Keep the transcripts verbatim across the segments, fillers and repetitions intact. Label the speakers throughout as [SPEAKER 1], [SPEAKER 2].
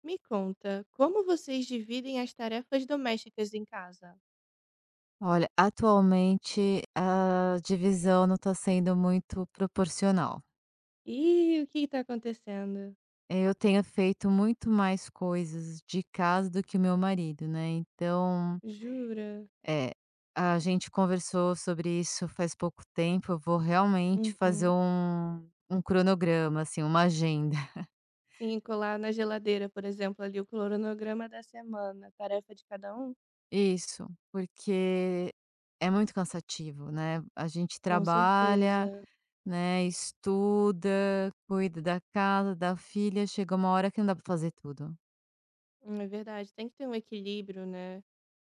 [SPEAKER 1] Me conta, como vocês dividem as tarefas domésticas em casa?
[SPEAKER 2] Olha, atualmente a divisão não está sendo muito proporcional.
[SPEAKER 1] Ih, o que que tá acontecendo?
[SPEAKER 2] Eu tenho feito muito mais coisas de casa do que o meu marido, né? Então,
[SPEAKER 1] Jura?
[SPEAKER 2] é, a gente conversou sobre isso faz pouco tempo. Eu vou realmente fazer
[SPEAKER 1] Uhum.
[SPEAKER 2] um, um cronograma, assim, uma agenda.
[SPEAKER 1] Sim, colar na geladeira, por exemplo, ali o cronograma da semana, tarefa de cada um?
[SPEAKER 2] Isso, porque é muito cansativo, né? A gente
[SPEAKER 1] Com
[SPEAKER 2] trabalha.
[SPEAKER 1] certeza.
[SPEAKER 2] Né, estuda, cuida da casa, da filha, chega uma hora que não dá para fazer tudo.
[SPEAKER 1] Hum, É verdade, tem que ter um equilíbrio, né?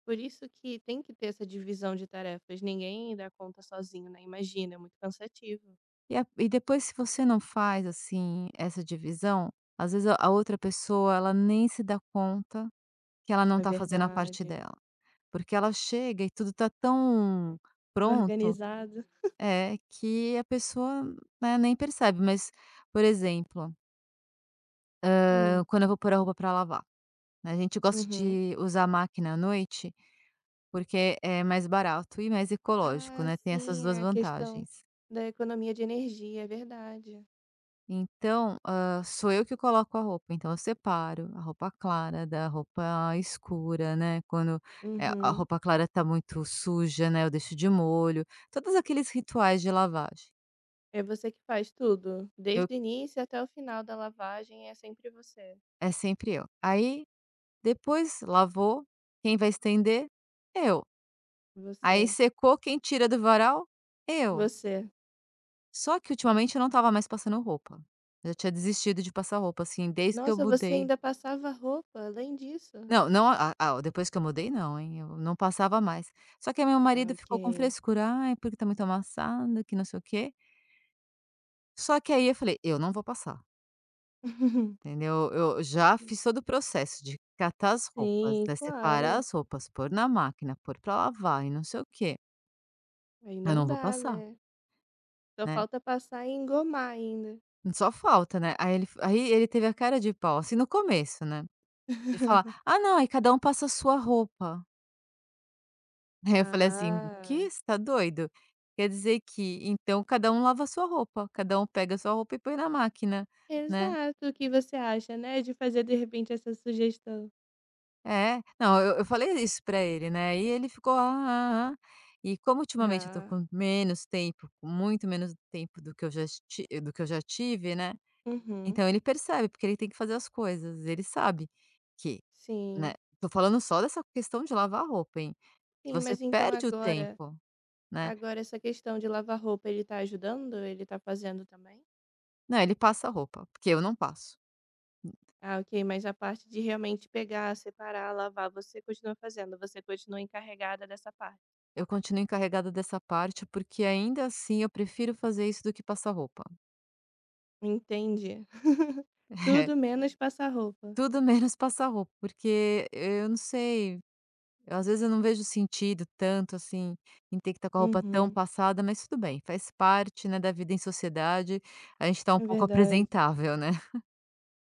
[SPEAKER 1] Por isso que tem que ter essa divisão de tarefas. Ninguém dá conta sozinho, né? Imagina, é muito cansativo.
[SPEAKER 2] E a e depois, se você não faz, assim, essa divisão, às vezes a a outra pessoa ela nem se dá conta que ela não
[SPEAKER 1] É
[SPEAKER 2] tá fazendo a parte
[SPEAKER 1] verdade.
[SPEAKER 2] dela, porque ela chega e tudo tá tão pronto,
[SPEAKER 1] Organizado.
[SPEAKER 2] é, que a pessoa, né, nem percebe. Mas, por exemplo, hã,
[SPEAKER 1] Hum.
[SPEAKER 2] quando eu vou pôr a roupa para lavar, né, a gente gosta
[SPEAKER 1] Uhum.
[SPEAKER 2] de usar a máquina à noite. Porque é mais barato e mais ecológico,
[SPEAKER 1] Ah,
[SPEAKER 2] né, tem essas
[SPEAKER 1] sim,
[SPEAKER 2] duas
[SPEAKER 1] é a questão
[SPEAKER 2] vantagens.
[SPEAKER 1] da economia de energia, é verdade.
[SPEAKER 2] Então, hã, sou eu que coloco a roupa, então eu separo a roupa clara da roupa escura, né, quando, eh, a
[SPEAKER 1] Uhum.
[SPEAKER 2] roupa clara está muito suja, né, eu deixo de molho, todos aqueles rituais de lavagem.
[SPEAKER 1] É você que faz tudo,
[SPEAKER 2] Eu.
[SPEAKER 1] desde o início até o final da lavagem, é sempre você.
[SPEAKER 2] É sempre eu. Aí, depois lavou, quem vai estender? Eu. Aí
[SPEAKER 1] Você,
[SPEAKER 2] secou, quem tira do varal? Eu.
[SPEAKER 1] você.
[SPEAKER 2] Só que ultimamente eu não estava mais passando roupa. Eu tinha desistido de passar roupa, assim, desde que eu
[SPEAKER 1] Nossa, você
[SPEAKER 2] mudei.
[SPEAKER 1] ainda passava roupa além disso?
[SPEAKER 2] Não, não, a a depois que eu mudei, não, hein, eu não passava mais. Só que aí meu
[SPEAKER 1] Ah,
[SPEAKER 2] marido
[SPEAKER 1] ok.
[SPEAKER 2] ficou com frescura: "Ai, porque tá muito amassado, que não sei o quê". Só que aí eu falei: "Eu não vou passar", entendeu. Eu já fiz todo o processo de catar as roupas,
[SPEAKER 1] Sim,
[SPEAKER 2] né, separar
[SPEAKER 1] claro.
[SPEAKER 2] as roupas, pôr na máquina, pôr pra lavar e não sei o quê.
[SPEAKER 1] Aí
[SPEAKER 2] Eu
[SPEAKER 1] não
[SPEAKER 2] não vou
[SPEAKER 1] dá,
[SPEAKER 2] passar,
[SPEAKER 1] né? Só
[SPEAKER 2] né.
[SPEAKER 1] falta passar e engomar ainda.
[SPEAKER 2] Só falta, né. Aí ele aí ele teve a cara de pau, assim, no começo, né. De falar: "Ah não, aí cada um passa a sua roupa". Aí eu falei assim: "O
[SPEAKER 1] Ah,
[SPEAKER 2] "Quê? Você tá doido? Quer dizer que então cada um lava a sua roupa, cada um pega a sua roupa e põe na máquina, né".
[SPEAKER 1] exato. O que você acha, né, de fazer de repente essa sugestão?
[SPEAKER 2] É. Não, eu eu falei isso pra ele, né, e ele ficou: "Ah, ah, ah". ah." E como ultimamente eu tô
[SPEAKER 1] Ah.
[SPEAKER 2] com menos tempo, com muito menos tempo do que eu já esti do que eu já tive, né,
[SPEAKER 1] Uhum.
[SPEAKER 2] então ele percebe, porque ele tem que fazer as coisas, ele sabe que, né,
[SPEAKER 1] Sim.
[SPEAKER 2] tô falando só dessa questão de lavar roupa, hein, que
[SPEAKER 1] Sim,
[SPEAKER 2] você
[SPEAKER 1] mas então
[SPEAKER 2] perde o
[SPEAKER 1] agora
[SPEAKER 2] tempo, né.
[SPEAKER 1] agora essa questão de lavar roupa, ele tá ajudando? Ele tá fazendo também?
[SPEAKER 2] Não, ele passa a roupa, porque eu não passo.
[SPEAKER 1] Ah, ok, mas a parte de realmente pegar, separar, lavar, você continua fazendo, você continua encarregada dessa parte.
[SPEAKER 2] Eu continuo encarregada dessa parte, porque ainda assim eu prefiro fazer isso do que passar roupa.
[SPEAKER 1] Entendi.
[SPEAKER 2] É,
[SPEAKER 1] Tudo menos passar roupa.
[SPEAKER 2] tudo menos passar roupa, porque eu não sei, às vezes eu não vejo sentido tanto assim em ter que estar com a roupa tão
[SPEAKER 1] Uhum.
[SPEAKER 2] passada, mas tudo bem, faz parte, né, da vida em sociedade, a gente tá um
[SPEAKER 1] É
[SPEAKER 2] pouco
[SPEAKER 1] verdade.
[SPEAKER 2] apresentável, né?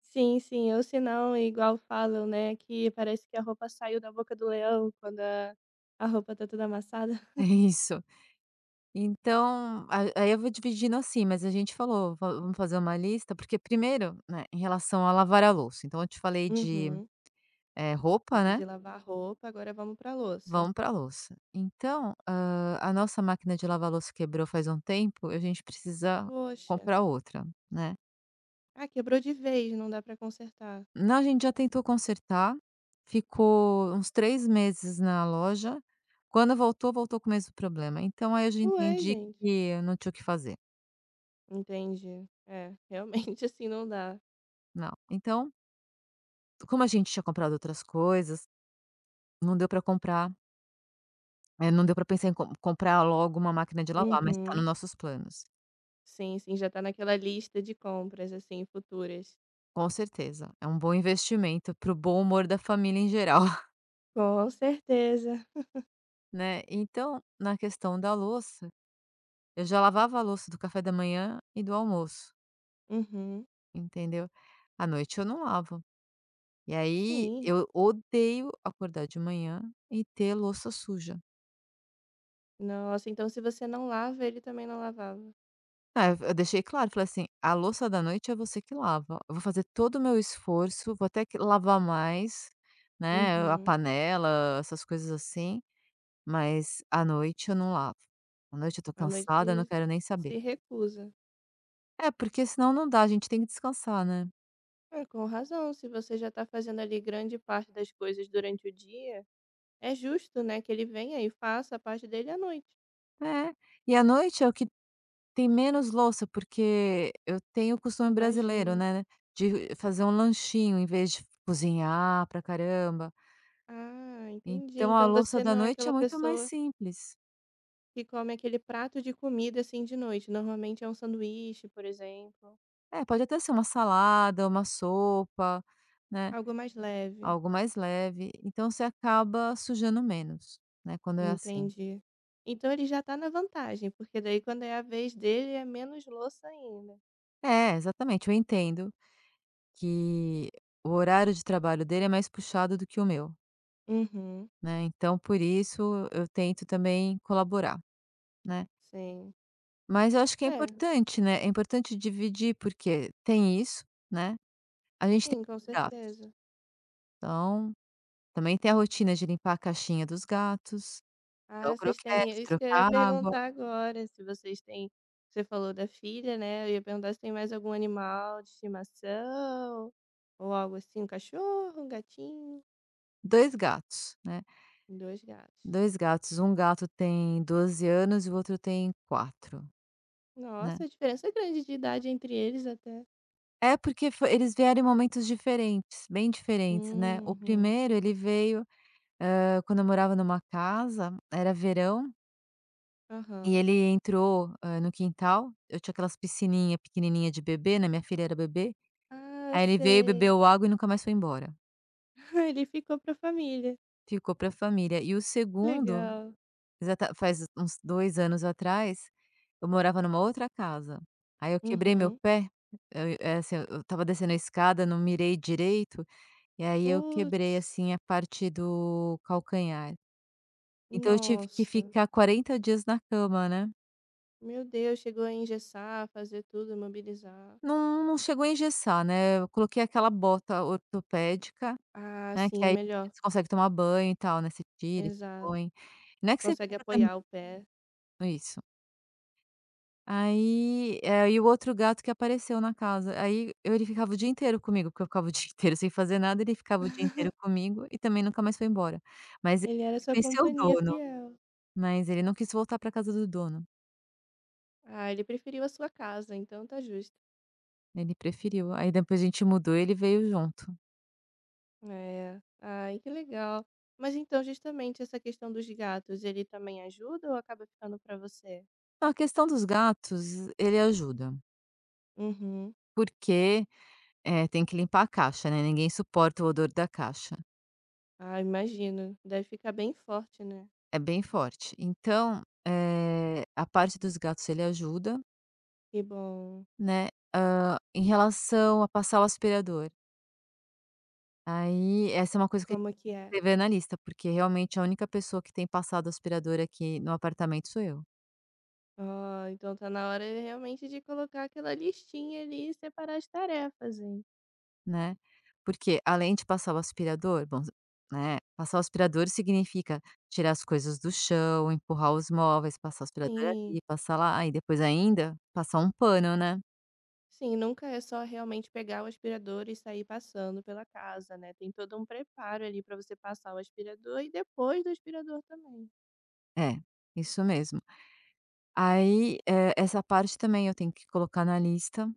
[SPEAKER 1] Sim, sim, ou senão, igual falam, né, que parece que a roupa saiu da boca do leão quando a, a roupa tá toda amassada.
[SPEAKER 2] É isso. Então, a- aí eu vou dividindo assim, mas a gente falou: va- vamos fazer uma lista, porque primeiro, né, em relação a lavar a louça, então eu te falei de.
[SPEAKER 1] Uhum.
[SPEAKER 2] É roupa, né,
[SPEAKER 1] De lavar a roupa, agora vamos pra louça.
[SPEAKER 2] vamos pra louça. Então, hã, a nossa máquina de lavar louça quebrou faz um tempo, a gente precisa
[SPEAKER 1] Poxa,
[SPEAKER 2] comprar outra, né.
[SPEAKER 1] ah, quebrou de vez, não dá pra consertar.
[SPEAKER 2] Não, a gente já tentou consertar, ficou uns três meses na loja, quando voltou, voltou com o mesmo problema. Então aí eu já
[SPEAKER 1] Ué,
[SPEAKER 2] entendi
[SPEAKER 1] gente,
[SPEAKER 2] que eu não tinha o que fazer,
[SPEAKER 1] entendi. É, realmente assim não dá.
[SPEAKER 2] não. Então, como a gente tinha comprado outras coisas, não deu para comprar, eh, não deu para pensar em com comprar logo uma máquina de lavar, mas está
[SPEAKER 1] Uhum.
[SPEAKER 2] nos nossos planos.
[SPEAKER 1] Sim, sim, já tá naquela lista de compras assim futuras.
[SPEAKER 2] Com certeza, é um bom investimento para o bom humor da família em geral,
[SPEAKER 1] Com certeza.
[SPEAKER 2] né. Então, na questão da louça, eu já lavava a louça do café da manhã e do almoço,
[SPEAKER 1] Uhum.
[SPEAKER 2] entendeu. À noite eu não lavo. E aí
[SPEAKER 1] Sim.
[SPEAKER 2] eu odeio acordar de manhã e ter louça suja.
[SPEAKER 1] Nossa, então se você não lava, ele também não lavava.
[SPEAKER 2] Ah, eu eu deixei claro, falei assim: "A louça da noite é você que lava, eu vou fazer todo o meu esforço, vou até que lavar mais, né, a
[SPEAKER 1] Uhum.
[SPEAKER 2] panela, essas coisas assim. Mas à noite eu não lavo. À noite eu tô
[SPEAKER 1] À noite
[SPEAKER 2] cansada, eu não
[SPEAKER 1] se
[SPEAKER 2] quero nem saber.
[SPEAKER 1] recusa.
[SPEAKER 2] É, porque senão não dá, a gente tem que descansar, né.
[SPEAKER 1] É, com razão, se você já tá fazendo ali grande parte das coisas durante o dia, é justo, né, que ele venha e faça a parte dele à noite.
[SPEAKER 2] É. E à noite é o que tem menos louça, porque eu tenho o costume brasileiro,
[SPEAKER 1] Imagino.
[SPEAKER 2] né, de fazer um lanchinho em vez de cozinhar pra caramba.
[SPEAKER 1] Ah, entendi.
[SPEAKER 2] Então a
[SPEAKER 1] Então
[SPEAKER 2] louça
[SPEAKER 1] você
[SPEAKER 2] da
[SPEAKER 1] não é
[SPEAKER 2] noite é
[SPEAKER 1] aquela
[SPEAKER 2] muito mais
[SPEAKER 1] pessoa
[SPEAKER 2] simples.
[SPEAKER 1] que come aquele prato de comida assim de noite. Normalmente é um sanduíche, por exemplo,
[SPEAKER 2] É, pode até ser uma salada, uma sopa, né,
[SPEAKER 1] algo mais leve.
[SPEAKER 2] algo mais leve, então você acaba sujando menos, né, quando é assim.
[SPEAKER 1] Entendi. Então ele já tá na vantagem, porque daí quando é a vez dele é menos louça ainda.
[SPEAKER 2] É, exatamente, eu entendo. Que o horário de trabalho dele é mais puxado do que o meu,
[SPEAKER 1] Uhum,
[SPEAKER 2] né, então por isso eu tento também colaborar, né.
[SPEAKER 1] sim.
[SPEAKER 2] Mas eu acho que é
[SPEAKER 1] É,
[SPEAKER 2] importante, né, é importante dividir, porque tem isso, né, a gente tem
[SPEAKER 1] sim, com
[SPEAKER 2] os gatos,
[SPEAKER 1] certeza.
[SPEAKER 2] então também tem a rotina de limpar a caixinha dos gatos, dar
[SPEAKER 1] Ah,
[SPEAKER 2] o
[SPEAKER 1] vocês têm, é
[SPEAKER 2] croquete,
[SPEAKER 1] isso que eu ia
[SPEAKER 2] trocar água.
[SPEAKER 1] perguntar agora, se vocês têm você falou da filha, né, eu ia perguntar se tem mais algum animal de estimação, ou algo assim, um cachorro, um gatinho,
[SPEAKER 2] Dois gatos, né.
[SPEAKER 1] dois gatos.
[SPEAKER 2] Dois gatos, um gato tem doze anos e o outro tem quatro, né.
[SPEAKER 1] Nossa, a diferença é grande de idade entre eles até.
[SPEAKER 2] É porque fo eles vieram em momentos diferentes, bem diferentes, né. O
[SPEAKER 1] Uhum.
[SPEAKER 2] primeiro ele veio, hã, quando eu morava numa casa, era verão, e
[SPEAKER 1] Aham.
[SPEAKER 2] ele entrou, hã, no quintal, eu tinha aquelas piscininha pequenininha de bebê, né, minha filha era bebê,
[SPEAKER 1] Ah,
[SPEAKER 2] aí ele veio,
[SPEAKER 1] sei.
[SPEAKER 2] bebeu água e nunca mais foi embora,
[SPEAKER 1] Ele ficou pra família.
[SPEAKER 2] ficou pra família. E o segundo,
[SPEAKER 1] Legal.
[SPEAKER 2] exata faz uns dois anos atrás, eu morava numa outra casa, aí eu quebrei meu
[SPEAKER 1] Uhum.
[SPEAKER 2] pé. eu, eh, assim, eu estava descendo a escada, não mirei direito. E aí eu quebrei,
[SPEAKER 1] Putz,
[SPEAKER 2] assim, a parte do calcanhar. Então eu tive que
[SPEAKER 1] nossa,
[SPEAKER 2] ficar quarenta dias na cama, né.
[SPEAKER 1] meu Deus, chegou a engessar, fazer tudo, mobilizar.
[SPEAKER 2] Não, não chegou a engessar, né, eu coloquei aquela bota ortopédica,
[SPEAKER 1] Ah,
[SPEAKER 2] né, que
[SPEAKER 1] sim, é
[SPEAKER 2] aí
[SPEAKER 1] melhor.
[SPEAKER 2] você consegue tomar banho e tal, né, você tira e se
[SPEAKER 1] Exato.
[SPEAKER 2] põe. Não é que você
[SPEAKER 1] Consegue
[SPEAKER 2] fica tam
[SPEAKER 1] apoiar o pé.
[SPEAKER 2] isso. Aí, eh, e o outro gato que apareceu na casa, aí eu ele ficava o dia inteiro comigo, porque eu ficava o dia inteiro sem fazer nada, ele ficava o dia inteiro comigo e também nunca mais foi embora. Mas ele
[SPEAKER 1] Ele era sua
[SPEAKER 2] conheceu o
[SPEAKER 1] companhia
[SPEAKER 2] dono,
[SPEAKER 1] fiel.
[SPEAKER 2] mas ele não quis voltar para casa do dono.
[SPEAKER 1] Ah, ele preferiu a sua casa, então tá justo.
[SPEAKER 2] Ele preferiu. Aí depois a gente mudou e ele veio junto.
[SPEAKER 1] É. Ai, que legal. Mas então, justamente essa questão dos gatos, ele também ajuda ou acaba ficando pra você?
[SPEAKER 2] Então, a questão dos gatos, ele ajuda,
[SPEAKER 1] Uhum.
[SPEAKER 2] porque, eh, tem que limpar a caixa, né, ninguém suporta o odor da caixa,
[SPEAKER 1] Ah, imagino. Deve ficar bem forte, né?
[SPEAKER 2] é bem forte. Então, eh, a parte dos gatos ele ajuda,
[SPEAKER 1] Que bom.
[SPEAKER 2] né, hã, em relação a passar o aspirador, aí essa é uma coisa que a
[SPEAKER 1] Como que é?
[SPEAKER 2] gente escreveu na lista, porque realmente a única pessoa que tem passado aspirador aqui no apartamento sou eu.
[SPEAKER 1] Ah, então tá na hora realmente de colocar aquela listinha ali e separar as tarefas, hein?
[SPEAKER 2] Né, porque além de passar o aspirador, bom, né, passar o aspirador significa tirar as coisas do chão, empurrar os móveis, passar o aspirador
[SPEAKER 1] Sim.
[SPEAKER 2] ali, passar lá e depois ainda passar um pano, né.
[SPEAKER 1] Sim, nunca é só realmente pegar o aspirador e sair passando pela casa, né? Tem todo um preparo ali para você passar o aspirador e depois do aspirador também.
[SPEAKER 2] É, isso mesmo. Aí, eh, essa parte também eu tenho que colocar na lista,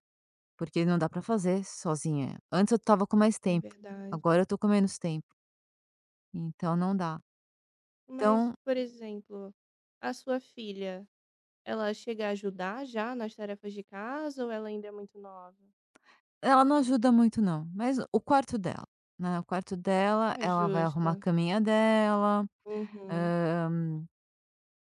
[SPEAKER 2] porque não dá pra fazer sozinha. Antes eu tava com mais
[SPEAKER 1] É
[SPEAKER 2] tempo,
[SPEAKER 1] verdade.
[SPEAKER 2] agora eu tô com menos tempo, então não dá.
[SPEAKER 1] Mas,
[SPEAKER 2] Então,
[SPEAKER 1] por exemplo, a sua filha, ela chega a ajudar já nas tarefas de casa ou ela ainda é muito nova?
[SPEAKER 2] ela não ajuda muito não, mas o quarto dela, né, o quarto dela,
[SPEAKER 1] Ah,
[SPEAKER 2] ela vai arrumar a
[SPEAKER 1] justo.
[SPEAKER 2] caminha dela.
[SPEAKER 1] Uhum,
[SPEAKER 2] Hã,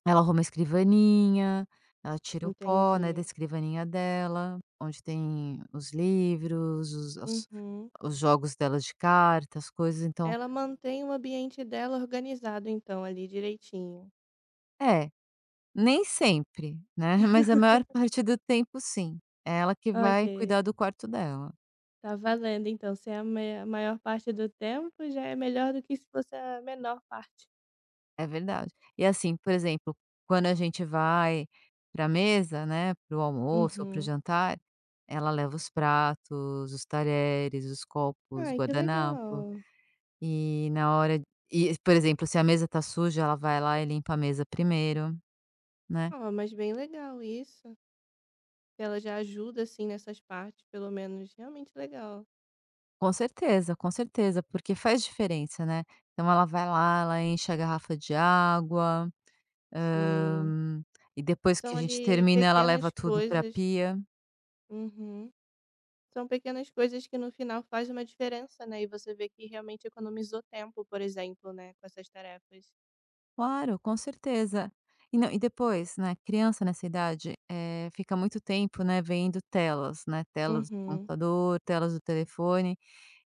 [SPEAKER 2] ela arruma a escrivaninha, ela tira o Hum. pó, né, da
[SPEAKER 1] entendi.
[SPEAKER 2] escrivaninha dela, onde tem os livros, os os
[SPEAKER 1] Uhum.
[SPEAKER 2] os jogos dela de cartas, as coisas, então
[SPEAKER 1] Ela mantém o ambiente dela organizado, então, ali direitinho.
[SPEAKER 2] é, nem sempre, né, mas a maior parte do tempo sim, é ela que
[SPEAKER 1] Ok.
[SPEAKER 2] vai cuidar do quarto dela,
[SPEAKER 1] Tá valendo então, se é a mai a maior parte do tempo, já é melhor do que se fosse a menor parte.
[SPEAKER 2] é verdade. E assim, por exemplo, quando a gente vai pra mesa, né, para o almoço ou para o
[SPEAKER 1] Uhum.
[SPEAKER 2] jantar, ela leva os pratos, os talheres, os copos,
[SPEAKER 1] Ai, que
[SPEAKER 2] guardanapo.
[SPEAKER 1] legal.
[SPEAKER 2] E na hora E, por exemplo, se a mesa tá suja, ela vai lá e limpa a mesa primeiro, né.
[SPEAKER 1] Ó, mas bem legal isso, ela já ajuda, assim, nessas partes, pelo menos. Realmente legal.
[SPEAKER 2] Com certeza, com certeza, porque faz diferença, né. Então ela vai lá, ela enche a garrafa de água,
[SPEAKER 1] Sim.
[SPEAKER 2] hã, e depois
[SPEAKER 1] São
[SPEAKER 2] que a gente
[SPEAKER 1] ali
[SPEAKER 2] termina, ela leva
[SPEAKER 1] pequenas
[SPEAKER 2] tudo pra
[SPEAKER 1] coisas.
[SPEAKER 2] pia.
[SPEAKER 1] Uhum. São pequenas coisas que no final faz uma diferença, né, e você vê que realmente economizou tempo, por exemplo, né, com essas tarefas.
[SPEAKER 2] Claro, com certeza. E não, e depois, né, criança nessa idade, eh, fica muito tempo, né, vendo telas, né, telas do
[SPEAKER 1] Uhum.
[SPEAKER 2] computador, telas do telefone,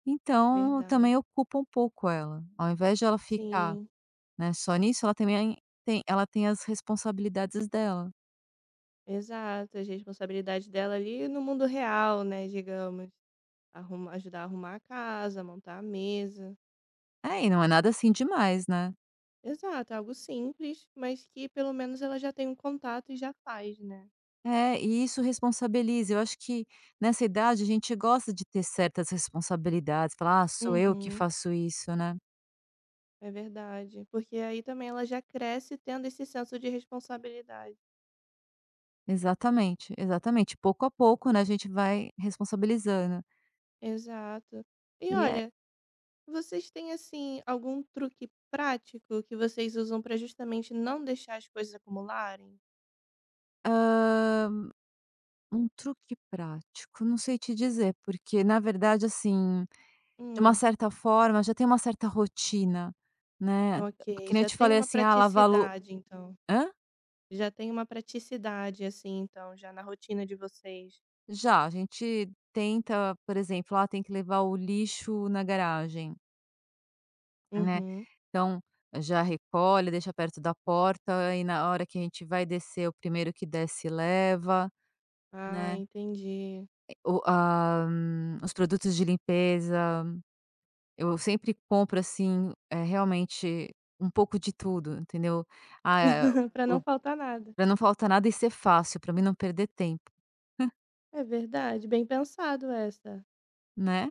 [SPEAKER 2] então
[SPEAKER 1] Verdade.
[SPEAKER 2] também ocupa um pouco ela. Ao invés de ela ficar.
[SPEAKER 1] Sim.
[SPEAKER 2] Né, só nisso ela também tem, ela tem as responsabilidades dela.
[SPEAKER 1] Exato, as responsabilidades dela ali no mundo real, né, digamos. Arruma Ajudar a arrumar a casa, montar a mesa.
[SPEAKER 2] É, e não é nada, assim, demais, né.
[SPEAKER 1] Exato, algo simples, mas que pelo menos ela já tem um contato e já faz, né.
[SPEAKER 2] É, e isso responsabiliza, eu acho que nessa idade a gente gosta de ter certas responsabilidades, falar: "Ah, sou eu que
[SPEAKER 1] Uhum,
[SPEAKER 2] faço isso", né.
[SPEAKER 1] é verdade. Porque aí também ela já cresce tendo esse senso de responsabilidade.
[SPEAKER 2] Exatamente, exatamente. Pouco a pouco, né, a gente vai responsabilizando.
[SPEAKER 1] Exato. E
[SPEAKER 2] E é,
[SPEAKER 1] olha, vocês têm, assim, algum truque prático que vocês usam para justamente não deixar as coisas acumularem?
[SPEAKER 2] hã, um truque prático, não sei te dizer, porque na verdade, assim, de uma
[SPEAKER 1] Hum,
[SPEAKER 2] certa forma já tem uma certa rotina, né.
[SPEAKER 1] ok,
[SPEAKER 2] Que nem eu
[SPEAKER 1] já
[SPEAKER 2] te
[SPEAKER 1] tem
[SPEAKER 2] falei,
[SPEAKER 1] uma
[SPEAKER 2] assim: "Ah, lavar a lou".
[SPEAKER 1] praticidade então.
[SPEAKER 2] Hã?
[SPEAKER 1] Já tem uma praticidade, assim, então, já na rotina de vocês.
[SPEAKER 2] Já, a gente tenta, por exemplo, ah, tem que levar o lixo na garagem, né?
[SPEAKER 1] Uhum.
[SPEAKER 2] Então, já recolhe, deixa perto da porta e na hora que a gente vai descer, o primeiro que desce leva,
[SPEAKER 1] Ah,
[SPEAKER 2] né?
[SPEAKER 1] entendi.
[SPEAKER 2] o a hum, Os produtos de limpeza, eu sempre compro, assim, é realmente um pouco de tudo, entendeu? Ah, é,
[SPEAKER 1] Pra não
[SPEAKER 2] o
[SPEAKER 1] faltar nada.
[SPEAKER 2] pra não faltar nada e ser fácil, pra mim não perder tempo,
[SPEAKER 1] É verdade, bem pensado essa.
[SPEAKER 2] né?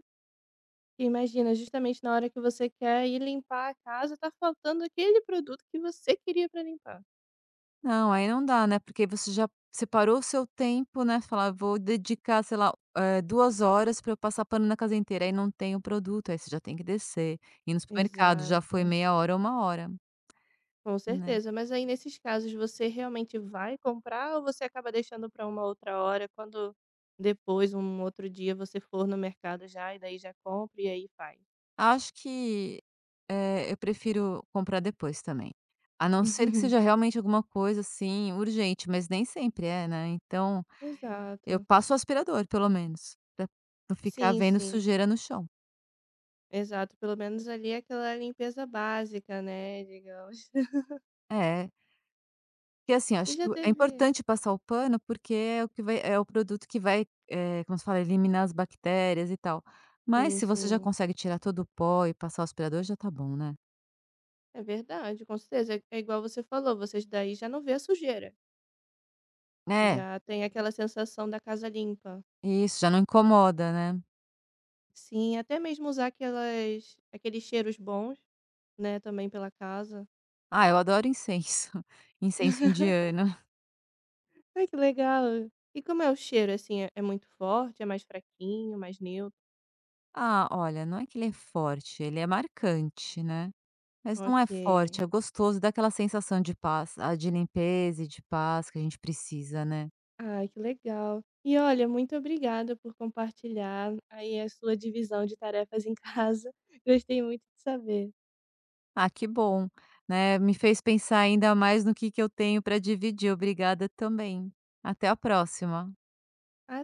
[SPEAKER 1] E imagina, justamente na hora que você quer ir limpar a casa, tá faltando aquele produto que você queria pra limpar.
[SPEAKER 2] Não, aí não dá, né, porque você já separou o seu tempo, né, falar: "Vou dedicar, sei lá, eh, 2 horas para eu passar pano na casa inteira", aí não tem o produto, aí você já tem que descer, ir no supermercado, já
[SPEAKER 1] Exato,
[SPEAKER 2] foi meia hora ou uma hora,
[SPEAKER 1] com
[SPEAKER 2] né.
[SPEAKER 1] certeza. Mas aí, nesses casos, você realmente vai comprar ou você acaba deixando pra uma outra hora, quando depois, um outro dia, você for no mercado já e daí já compra e aí faz?
[SPEAKER 2] Acho que, eh, eu prefiro comprar depois também, a não ser que seja realmente alguma coisa, assim, urgente, mas nem sempre é, né, então eu
[SPEAKER 1] Exato.
[SPEAKER 2] passo o aspirador pelo menos, pra não ficar
[SPEAKER 1] Sim,
[SPEAKER 2] vendo
[SPEAKER 1] sim.
[SPEAKER 2] sujeira no chão.
[SPEAKER 1] Exato, pelo menos ali é aquela limpeza básica, né, digamos.
[SPEAKER 2] É. Que assim,
[SPEAKER 1] E
[SPEAKER 2] acho que
[SPEAKER 1] já
[SPEAKER 2] é
[SPEAKER 1] teve,
[SPEAKER 2] importante passar o pano, porque é o que vai é o produto que vai, eh, como se fala, eliminar as bactérias e tal. Mas
[SPEAKER 1] sim,
[SPEAKER 2] se você já
[SPEAKER 1] sim,
[SPEAKER 2] consegue tirar todo o pó e passar o aspirador, já tá bom, né.
[SPEAKER 1] é verdade, com certeza. É é igual você falou, vocês daí já não vê a sujeira,
[SPEAKER 2] É,
[SPEAKER 1] já tem aquela sensação da casa limpa.
[SPEAKER 2] isso, já não incomoda, né.
[SPEAKER 1] Sim, até mesmo usar aquelas aqueles cheiros bons, né, também pela casa.
[SPEAKER 2] Ah, eu adoro incenso, incenso indiano.
[SPEAKER 1] Ai, que legal. E como é o cheiro, assim, é é muito forte, é mais fraquinho, mais neutro?
[SPEAKER 2] Ah, olha, não é que ele é forte, ele é marcante, né, mas não é forte,
[SPEAKER 1] Ok.
[SPEAKER 2] é gostoso, dá aquela sensação de paz, ah, de limpeza e de paz que a gente precisa, né.
[SPEAKER 1] Ai, que legal. E olha, muito obrigada por compartilhar aí a sua divisão de tarefas em casa. Gostei muito de saber.
[SPEAKER 2] Ah, que bom, né, me fez pensar ainda mais no que que eu tenho para dividir. Obrigada também. Até a próxima.
[SPEAKER 1] Até.